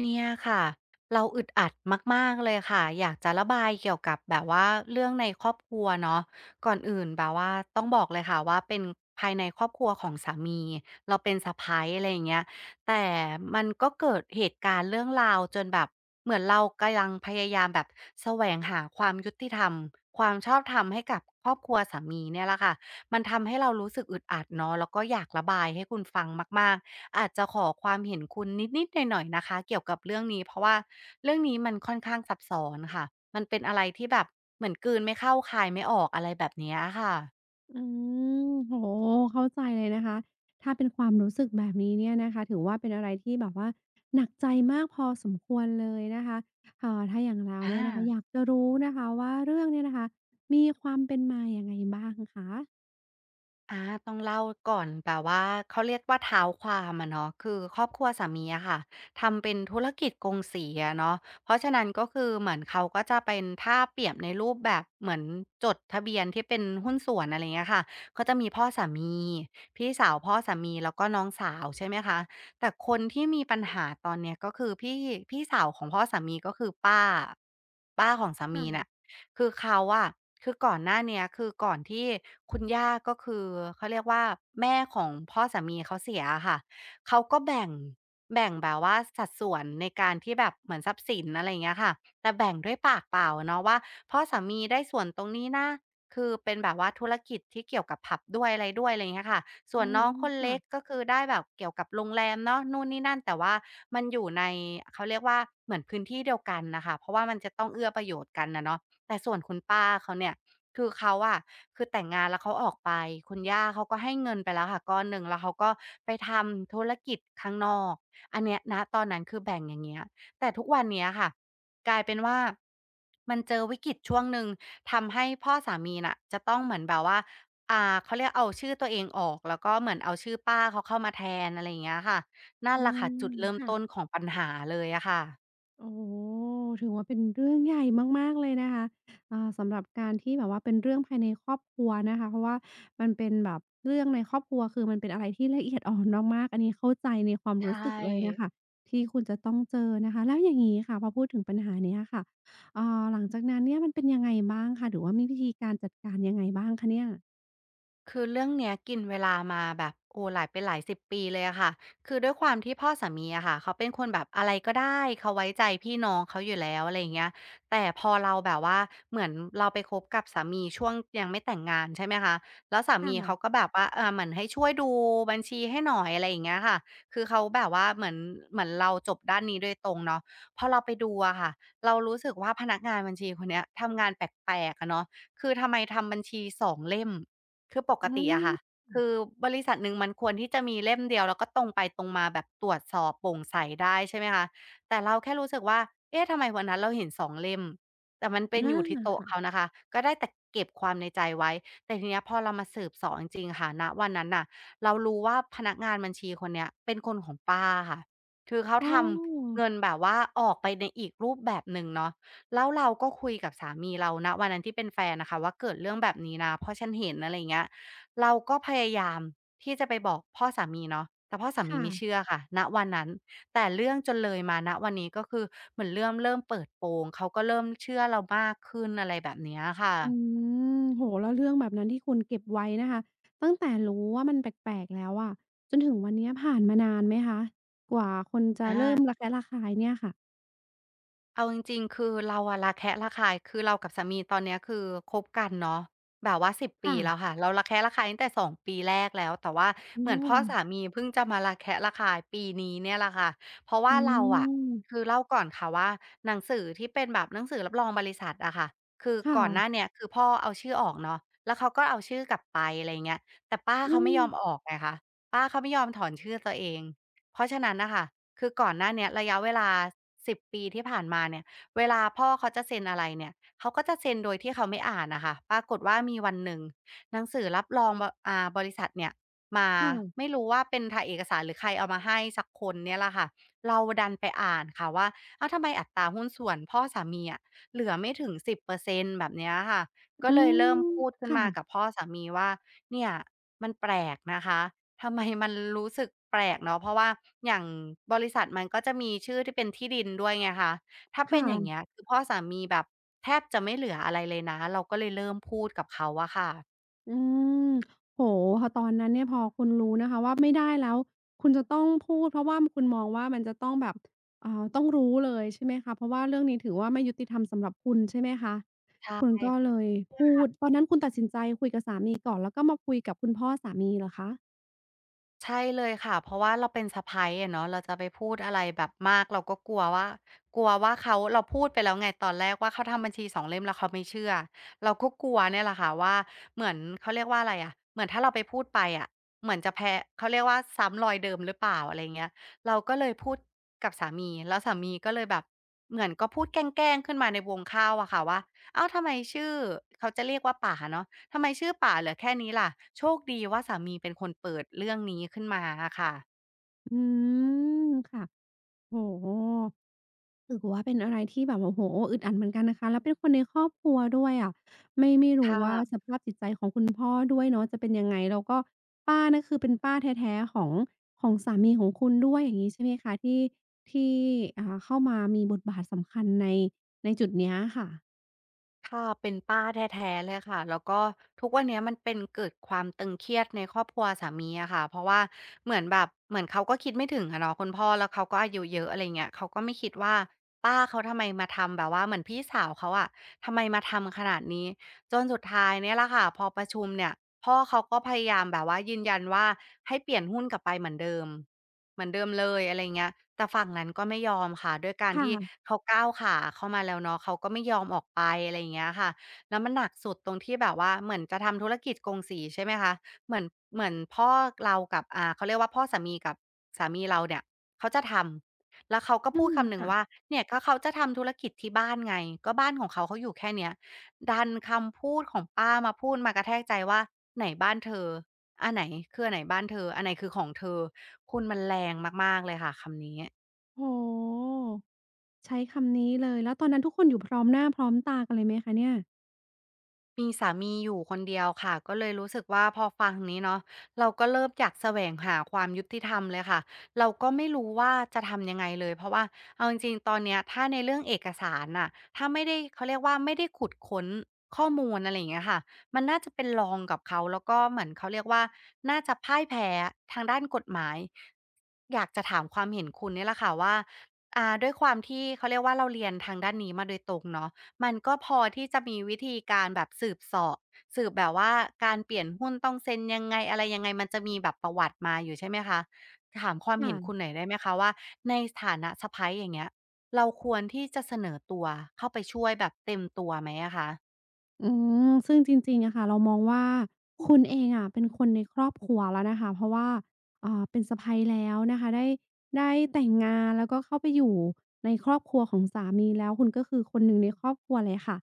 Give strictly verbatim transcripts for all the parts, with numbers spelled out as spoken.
เนี่ยค่ะเราอึดอัดมากๆเลยค่ะอยากจะระบายเกี่ยวกับแบบว่าเรื่องในครอบครัวเนาะก่อนอื่นแบบว่าต้องบอกเลยค่ะว่าเป็นภายในครอบครัวของสามีเราเป็นสะใภ้อะไรอย่างเงี้ยแต่มันก็เกิดเหตุการณ์เรื่องราวจนแบบเหมือนเรากำลังพยายามแบบแสวงหาความยุติธรรมความชอบธรรมให้กับครอบครัวสามีเนี่ยแหละค่ะมันทำให้เรารู้สึกอึดอัดเนาะแล้วก็อยากระบายให้คุณฟังมากๆ อาจจะขอความเห็นคุณนิด ๆ หน่อยๆนะคะเกี่ยวกับเรื่องนี้เพราะว่าเรื่องนี้มันค่อนข้างซับซ้อนค่ะมันเป็นอะไรที่แบบเหมือนกลืนไม่เข้าคายไม่ออกอะไรแบบเนี้ยค่ะอืมโอ้โฮเข้าใจเลยนะคะถ้าเป็นความรู้สึกแบบนี้เนี่ยนะคะถือว่าเป็นอะไรที่แบบว่าหนักใจมากพอสมควรเลยนะคะอ่าถ้าอย่างเราอา เนี่ยนะคะอยากจะรู้นะคะว่าเรื่องเนี่ยนะคะมีความเป็นมายังไงบ้างคะอาต้องเล่าก่อนแบบว่าเขาเรียกว่าเท้าความอะเนาะคือครอบครัวสามีอะค่ะทำเป็นธุรกิจกงสีอะเนาะเพราะฉะนั้นก็คือเหมือนเขาก็จะเป็นถ้าเปรียบในรูปแบบเหมือนจดทะเบียนที่เป็นหุ้นส่วนอะไรเงี้ยค่ะก็จะมีพ่อสามีพี่สาวพ่อสามีแล้วก็น้องสาวใช่ไหมคะแต่คนที่มีปัญหาตอนเนี้ยก็คือพี่พี่สาวของพ่อสามีก็คือป้าป้าของสามีน่ะ ค่ะคือเขาอะคือก่อนหน้าเนี้ยคือก่อนที่คุณย่าก็คือเขาเรียกว่าแม่ของพ่อสามีเขาเสียอะค่ะเขาก็แบ่งแบ่งแบบว่าสัดส่วนในการที่แบบเหมือนทรัพย์สินอะไรอย่างเงี้ยค่ะแต่แบ่งด้วยปากเปล่าเนาะว่าพ่อสามีได้ส่วนตรงนี้นะคือเป็นแบบว่าธุรกิจที่เกี่ยวกับผับด้วยอะไรด้วยอะไรอย่างเงี้ยค่ะส่อืวนน้องมคนๆเล็กค่ะก็คือได้แบบเกี่ยวกับโรงแรมเนาะนู่นนี่นั่นแต่ว่ามันอยู่ในเขาเรียกว่าเหมือนพื้นที่เดียวกันน่ะค่ะเพราะว่ามันจะต้องเอื้อประโยชน์กันอะเนาะ แต่ส่วนคุณป้าเขาเนี่ยคือเขาอะคือแต่งงานแล้วเขาออกไปคุณย่าเขาก็ให้เงินไปแล้วค่ะก้อนหนึ่งแล้วเขาก็ไปทำธุรกิจข้างนอกอันเนี้ยณตอนนั้นคือแบ่งอย่างเงี้ยแต่ทุกวันเนี้ยค่ะกลายเป็นว่ามันเจอวิกฤตช่วงหนึ่งทำให้พ่อสามีน่ะจะต้องเหมือนแบบว่าอ่าเขาเรียกเอาชื่อตัวเองออกแล้วก็เหมือนเอาชื่อป้าเขาเข้ามาแทนอะไรอย่างเงี้ยค่ะนั่นอืแหละค่ะมจุดเริ่มต้นค่ะ ของปัญหาเลยอะค่ะโอ้โฮถือว่าเป็นเรื่องใหญ่มากๆเลยนะคะอ่าสำหรับการที่แบบว่าเป็นเรื่องภายในครอบครัวนะคะเพราะว่ามันเป็นแบบเรื่องในครอบครัวคือมันเป็นอะไรที่ละเอียดอ่อนมากๆอันนี้เข้าใจในความรู้สึกใช่ เลยน่ะค่ะที่คุณจะต้องเจอนะคะแล้วอย่างงี้ค่ะพอพูดถึงปัญหาเนี้ยค่ะอ่าหลังจากนั้นเนี่ยมันเป็นยังไงบ้างคะหรือว่ามีวิธีการจัดการยังไงบ้างคะเนี่ยคือเรื่องเนี้ยกินเวลามาแบบโอ้หลายเป็นหลายสิบปีเลยอะค่ะคือด้วยความที่พ่อสามีอะค่ะเขาเป็นคนแบบอะไรก็ได้เขาไว้ใจพี่น้องเขาอยู่แล้วอะไรอย่างเงี้ยแต่พอเราแบบว่าเหมือนเราไปคบกับสามีช่วงยังไม่แต่งงานใช่ไหมคะแล้วสามีเขาก็ค่ะแบบว่าเออเหมือนให้ช่วยดูบัญชีให้หน่อยอะไรอย่างเงี้ยค่ะคือเขาแบบว่าเหมือนเหมือนเราจบด้านนี้โดยตรงเนาะพอเราไปดูอะค่ะเรารู้สึกว่าพนักงานบัญชีคนเนี้ยทำงานแปลกๆอะเนาะคือทำไมทำบัญชีสองเล่ม คือปกอืติอะค่ะมคือบริษัทหนึ่งมันควรที่จะมีเล่มเดียวแล้วก็ตรงไปตรงมาแบบตรวจสอบโปร่งใสได้ใช่ไหมคะ แต่เราแค่รู้สึกว่า เอ๊ะ ทำไมวันนั้นเราเห็นสองเล่ม แต่มันเป็นออายู่ที่โต๊ะค่ะเขานะคะ ก็ได้แต่เก็บความในใจไว้ แต่ทีเนี้ยพอเรามาสืบเสาะจริงๆค่ะณวันนั้นน่ะเรารู้ว่าพนักงานบัญชีคนเนี้ยเป็นคนของป้าค่ะคือเขาทอ้อำเงินแบบว่าออกไปในอีกรูปแบบหนึ่งเนาะ แล้วเราก็คุยกับสามีเราณวันนั้นที่เป็นแฟนนะคะว่าเกิดเรื่องแบบนี้นะเพราะฉันเห็นอะไรอย่างเงี้ยเราก็พยายามที่จะไปบอกพ่อสามีเนาะแต่พ่อสามีไม่ค่ะ เชื่อค่ะณวันนั้นแต่เรื่องจนเลยมาณวันนี้ก็คือเหมือนเรื่องเริ่มเปิดโปงเขาก็เริ่มเชื่อเรามากขึ้นอะไรแบบเนี้ยค่ะอืมโอ้โแล้วเรื่องแบบนั้นที่คุณเก็บไว้นะคะตั้งแต่รู้ว่ามันแปลกๆแล้วอะจนถึงวันเนี้ยผ่านมานานไหมคะกว่าคนจะอา เริ่มระแคะระคายเนี่ยค่ะเอาจริงๆคือเราอะระแคะระคายคือเรากับสามีตอนเนี้ยคือคบกันเนาะแบบว่าสิบปีค่ะแล้วค่ะเราระแคะระคายตั้งแต่สองปีแรกแล้วแต่ว่าเหโอ้มือนพ่อสามีเพิ่งจะมาระแคะระคายปีนี้เนี่ยแหละค่ะเพราะว่าอืเราอะคืมอเล่าก่อนค่ะว่าหนังสือที่เป็นแบบหนังสือรับรองบริษัทอะค่ะคือค่ะก่อนหน้าเนี้ยคือพ่อเอาชื่อออกเนาะแล้วเขาก็เอาชื่อกลับไปอะไรอย่างเงี้ยแต่ป้าอืเขาไม่มยอมออกไงคะป้าเขาไม่ยอมถอนชื่อตัวเองเพราะฉะนั้นน่ะค่ะ คือก่อนหน้าเนี้ยระยะเวลาสิบปีที่ผ่านมาเนี่ยเวลาพ่อเขาจะเซ็นอะไรเนี่ยเขาก็จะเซ็นโดยที่เขาไม่อ่านน่ะค่ะปรากฏว่ามีวันหนึ่งหนังสือรับรองบอ่าบริษัทเนี่ยมาคไม่่ะรู้ว่าเป็นถ่ายเอกสารหรือใครเอามาให้สักคนเนี่ยแหละค่ะเราดันไปอ่านค่ะว่าอ้าวทำไมอัตราหุ้นส่วนพ่อสามีอะเหลือไม่ถึงสิบเปอร์เซ็นต์แบบเนี้ยค่ะก็อืเลยเริ่มมพูดขึ้นมากับค่ะพ่อสามีว่าเนี่ยมันแปลกนะคะ ทำไมมันรู้สึกแปลกเนาะเพราะว่าอย่างบริษัทมันก็จะมีชื่อที่เป็นที่ดินด้วยไงคะถ้าเป็นอย่างเงี้ยค่ะ คือพ่อสามีแบบแทบจะไม่เหลืออะไรเลยนะเราก็เลยเริ่มพูดกับเขาอะค่ะอืมโอ้โฮพอตอนนั้นเนี่ยพอคุณรู้นะคะว่าไม่ได้แล้วคุณจะต้องพูดเพราะว่าคุณมองว่ามันจะต้องแบบอ่าต้องรู้เลยใช่ไหมคะเพราะว่าเรื่องนี้ถือว่าไม่ยุติธรรมสำหรับคุณใช่ไหมคะใชคุณก็่ เลยพูดตอนนั้นคุณตัดสินใจคุยกับสามีก่อนแล้วก็มาคุยกับคุณพ่อสามีเหรอคะใช่เลยค่ะเพราะว่าเราเป็นสะใภ้อะเนาะเราจะไปพูดอะไรแบบมากเราก็กลัวว่ากลัวว่าเขาเราพูดไปแล้วไงตอนแรกว่าเขาทำบัญชีสองเล่มแล้วเขาไม่เชื่อเราก็กลัวเนี่ยแหละค่ะว่าเหมือนเขาเรียกว่าอะไรอะเหมือนถ้าเราไปพูดไปอะเหมือนจะแพ้เขาเรียกว่าซ้ำรอยเดิมหรือเปล่าอะไรอย่างเงี้ยเราก็เลยพูดกับสามีแล้วสามีก็เลยแบบเหมือนก็พูดแกล้งๆขึ้นมาในวงข้าวอะค่ะว่าอ้าวทำไมชื่อเขาจะเรียกว่าป๋าเนาะ ทำไมชื่อป่าเหลือแค่นี้ล่ะโชคดีว่าสามีเป็นคนเปิดเรื่องนี้ขึ้นมาอะค่ะอืมค่ะโอ้โฮ ถือว่าเป็นอะไรที่แบบโอ้โฮอึดอัดเหมือนกันนะคะแล้วเป็นคนในครอบครัวด้วยอะไม่ไม่ครู้ว่าส่ะภาพจิตใจของคุณพ่อด้วยเนาะจะเป็นยังไง แล้วก็ป้าเนี่ยคือเป็นป้าแท้ๆของของสามีของคุณด้วยอย่างงี้ใช่ไหมคะที่ที่อ่าเข้ามามีบทบาทสำคัญในในจุดเนี้ยค่ะค่ะเป็นป้าแท้ๆเลยค่ะแล้วก็ทุกวันเนี้ยมันเป็นเกิดความตึงเครียดในครอบครัวสามีอะค่ะเพราะว่าเหมือนแบบเหมือนเขาก็คิดไม่ถึงอะเนาะคุณพ่อแล้วเขาก็อายุเยอะอะไรเงี้ยเขาก็ไม่คิดว่าป้าเขาทำไมมาทำแบบว่าเหมือนพี่สาวเขาอะทำไมมาทำขนาดนี้จนสุดท้ายเนี่ยแหละค่ะพอประชุมเนี่ยพ่อเขาก็พยายามแบบว่ายืนยันว่าให้เปลี่ยนหุ้นกลับไปเหมือนเดิม เหมือนเดิมเลยอะไรเงี้ยแต่ฝั่งนั้นก็ไม่ยอมค่ะ ด้วยการที่ค่ะเขาก้าวขาเข้ามาแล้วเนาะเขาก็ไม่ยอมออกไปอะไรอย่างเงี้ยค่ะ แล้วมันหนักสุดตรงที่แบบว่าเหมือนจะทำธุรกิจกงสีใช่ไหมคะเหมือนเหมือนพ่อเรากับอ่าเขาเรียกว่าพ่อสามีกับสามีเราเนี่ยเขาจะทำแล้วเขาก็อืพูดมคำหนึ่งค่ะว่าเนี่ยก็เขาจะทำธุรกิจที่บ้านไงก็บ้านของเขาเขาอยู่แค่เนี้ยดันคำพูดของป้ามาพูดมากระแทกใจว่าไหนบ้านเธอ อันไหนคืออันไหนบ้านเธออันไหนคือของเธอคุณมันแรงมากๆเลยค่ะคำนี้ โอ้โฮใช้คำนี้เลยแล้วตอนนั้นทุกคนอยู่พร้อมหน้าพร้อมตากันเลยไหมคะเนี่ยมีสามีอยู่คนเดียวค่ะก็เลยรู้สึกว่าพอฟังนี้เนาะเราก็เริ่มอยากแสวงหาความยุติธรรมเลยค่ะเราก็ไม่รู้ว่าจะทำยังไงเลยเพราะว่าเอาจริงๆตอนเนี้ยถ้าในเรื่องเอกสารน่ะถ้าไม่ได้เขาเรียกว่าไม่ได้ขุดค้นข้อมูลอะไรอย่างเงี้ยค่ะมันน่าจะเป็นรองกับเขาแล้วก็เหมือนเขาเรียกว่าน่าจะพ่ายแพ้ทางด้านกฎหมายอยากจะถามความเห็นคุณเนี่ยแหละค่ะว่าอ่าด้วยความที่เขาเรียกว่าเราเรียนทางด้านนี้มาโดยตรงเนาะ มันก็พอที่จะมีวิธีการแบบสืบเสาะสืบแบบว่าการเปลี่ยนหุ้นต้องเซ็นยังไงอะไรยังไงมันจะมีแบบประวัติมาอยู่ใช่ไหมคะถามความเห็นคุณค่ะ หน่อยได้ไหมคะว่าในฐานะสะใภ้อย่างเงี้ยเราควรที่จะเสนอตัวเข้าไปช่วยแบบเต็มตัวไหมอะคะอืมซึ่งจริงๆอะค่ะเรามองว่าคุณเองอะเป็นคนในครอบครัวแล้วนะคะเพราะว่าอ่าเป็นสะใภ้แล้วนะคะได้ได้แต่งงานแล้วก็เข้าไปอยู่ในครอบครัวของสามีแล้วคุณก็คือคนหนึ่งในครอบครัวเลยค่ะ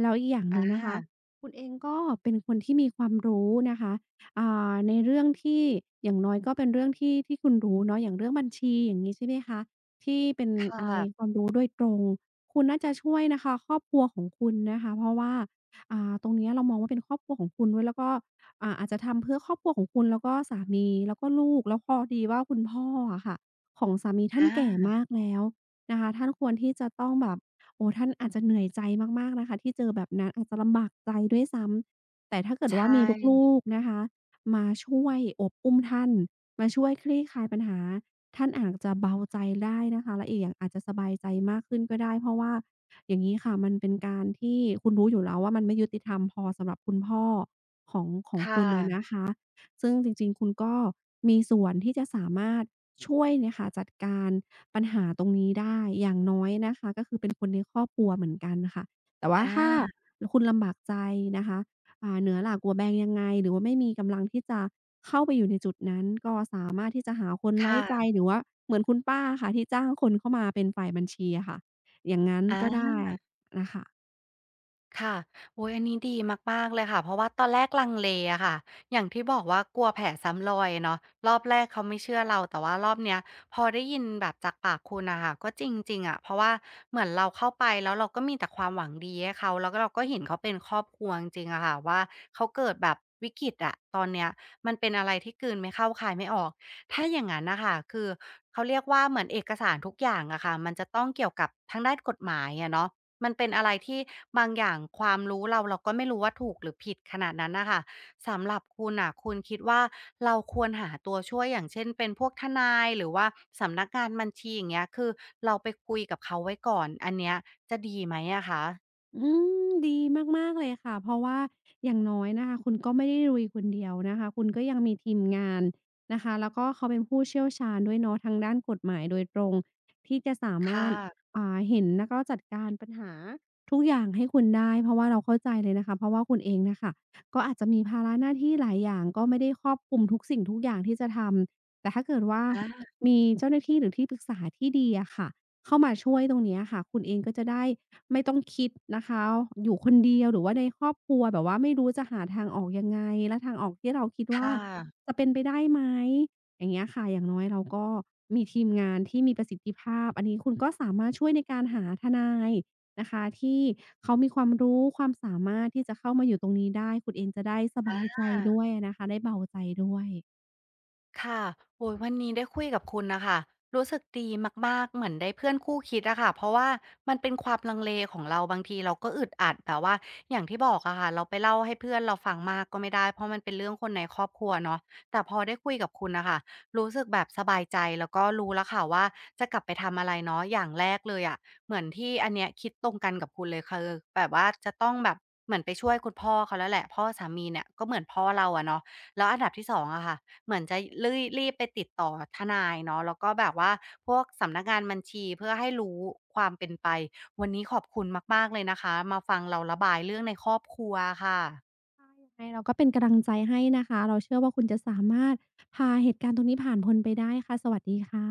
แล้วอีกอย่างหอานึ่งนะคะคุณเองก็เป็นคนที่มีความรู้นะคะอ่าในเรื่องที่อย่างน้อยก็เป็นเรื่องที่ที่คุณรู้เนาะอย่างเรื่องบัญชีอย่างงี้ใช่ไหมคะที่เป็นคอะไรค่ะวามรู้โดยตรงคุณน่าจะช่วยนะคะครอบครัวของคุณนะคะเพราะว่า อ่าตรงเนี้ยเรามองว่าเป็นครอบครัวของคุณด้วยแล้วก็อ่าอาจจะทำเพื่อครอบครัวของคุณแล้วก็สามีแล้วก็ลูกแล้วพอดีว่าคุณพ่ออะค่ะของสามีท่านแก่อามากแล้วนะคะท่านควรที่จะต้องแบบโอ้ท่านอาจจะเหนื่อยใจมากๆนะคะที่เจอแบบนั้นอาจจะลำบากใจด้วยซ้ำแต่ถ้าเกิใชดว่ามีลู่กๆนะคะมาช่วยโอบอุ้มท่านมาช่วยคลี่คลายปัญหา ท่านอาจจะเบาใจได้นะคะและอีกอย่างอาจจะสบายใจมากขึ้นก็ได้เพราะว่าอย่างงี้ค่ะมันเป็นการที่คุณรู้อยู่แล้วว่ามันไม่ยุติธรรมพอสำหรับคุณพ่อของของค่คุณอะนะะคะซึ่งจริงๆคุณก็มีส่วนที่จะสามารถช่วยเนี่ยค่ะจัดการปัญหาตรงนี้ได้อย่างน้อยนะคะก็คือเป็นคนในครอบครัวเหมือนกันค่ะแต่อว่าถ้าาคุณลำบากใจนะคะ อ่าเหนือหลากหัวแบงยังไงหรือว่าไม่มีกำลังที่จะเข้าไปอยู่ในจุดนั้นก็สามารถที่จะหาคนคไว้ใจ่ะหรือว่าเหมือนคุณป้าอะค่ะที่จ้างคนเข้ามาเป็นฝ่ายบัญชีอะค่ะอย่างงั้นก็อา ได้นะคะ ค่ะโอ้ยอันนี้ดีมากๆเลยค่ะเพราะว่าตอนแรกลังเลอะค่ะอย่างที่บอกว่ากลัวแผลซ้ำรอยเนาะรอบแรกเขาไม่เชื่อเราแต่ว่ารอบเนี้ยพอได้ยินแบบจากปากคุณน่ะค่ะก็จริงๆอะเพราะว่าเหมือนเราเข้าไปแล้วเราก็มีแต่ความหวังดีให้เขาแล้วก็เราก็เห็นเขาเป็นครอบครัวจริงๆอะค่ะว่าเขาเกิดแบบวิกฤตอะตอนเนี้ยมันเป็นอะไรที่กลืนไม่เข้าคายไม่ออกถ้าอย่างงั้นน่ะค่ะคือเขาเรียกว่าเหมือนเอกสารทุกอย่างอะค่ะมันจะต้องเกี่ยวกับทางด้านกฎหมายอะเนาะ มันเป็นอะไรที่บางอย่างความรู้เราเราก็ไม่รู้ว่าถูกหรือผิดขนาดนั้นน่ะค่ะสำหรับคุณน่ะคุณคิดว่าเราควรหาตัวช่วยอย่างเช่นเป็นพวกทนายหรือว่าสำนักงานบัญชีอย่างเงี้ยคือเราไปคุยกับเขาไว้ก่อนอันเนี้ยจะดีไหมอะคะอืมดีมากๆเลยค่ะเพราะว่าอย่างน้อยนะคะคุณก็ไม่ได้ลุยคนเดียวนะคะคุณก็ยังมีทีมงานนะคะแล้วก็เขาเป็นผู้เชี่ยวชาญด้วยเนาะทางด้านกฎหมายโดยตรงที่จะสาคมารถ่ะอ่าเห็นแล้วก็จัดการปัญหาทุกอย่างให้คุณได้เพราะว่าเราเข้าใจเลยนะคะเพราะว่าคุณเองน่ะค่ะก็อาจจะมีภาระหน้าที่หลายอย่างก็ไม่ได้ครอบคลุมทุกสิ่งทุกอย่างที่จะทำแต่ถ้าเกิดว่าอามีเจ้าหน้าที่หรือที่ปรึกษาที่ดีอะค่ะ เข้ามาช่วยตรงเนี้ยค่ะคุณเองก็จะได้ไม่ต้องคิดนะคะอยู่คนเดียวหรือว่าในครอบครัวแบบว่าไม่รู้จะหาทางออกยังไงและทางออกที่เราคิดค่ว่าจะเป็นไปได้ไหมอย่างเงี้ยค่ะอย่างน้อยเราก็มีทีมงานที่มีประสิทธิภาพอันนี้คุณก็สามารถช่วยในการหาทนายนะคะที่เขามีความรู้ความสามารถที่จะเข้ามาอยู่ตรงนี้ได้คุณเองจะได้สบายใจะ ด้วยนะคะได้เบาใจด้วย ค่ะโอ้ยวันนี้ได้คุยกับคุณนะคะ รู้สึกดีมากๆเหมือนได้เพื่อนคู่คิดอะค่ะเพราะว่ามันเป็นความลังเลของเราบางทีเราก็อึดอัดแต่ว่าอย่างที่บอกอะค่ะเราไปเล่าให้เพื่อนเราฟังมากก็ไม่ได้เพราะมันเป็นเรื่องคนในครอบครัวเนาะแต่พอได้คุยกับคุณนะคะรู้สึกแบบสบายใจแล้วก็รู้แล้วค่ะว่าจะกลับไปทำอะไรเนาะอย่างแรกเลยอะเหมือนที่อันเนี้ยคิดตรงกันกับคุณเลยคือแบบว่าจะต้องแบบเหมือนไปช่วยคุณพ่อเขาแล้วแหละพ่อสามีเนี่ยก็เหมือนพ่อเราอะเนาะแล้วอันดับที่สองอะค่ะ เหมือนจะรี่รีบไปติดต่อทนายเนาะแล้วก็แบบว่าพวกสำนักงานบัญชีเพื่อให้รู้ความเป็นไปวันนี้ขอบคุณมากๆเลยนะคะมาฟังเราระบายเรื่องในครอบครัวค่ะยังไงเราก็เป็นกำลังใจให้นะคะเราเชื่อว่าคุณจะสามารถพาเหตุการณ์ตรงนี้ผ่านพ้นไปได้ค่ะสวัสดีค่ะ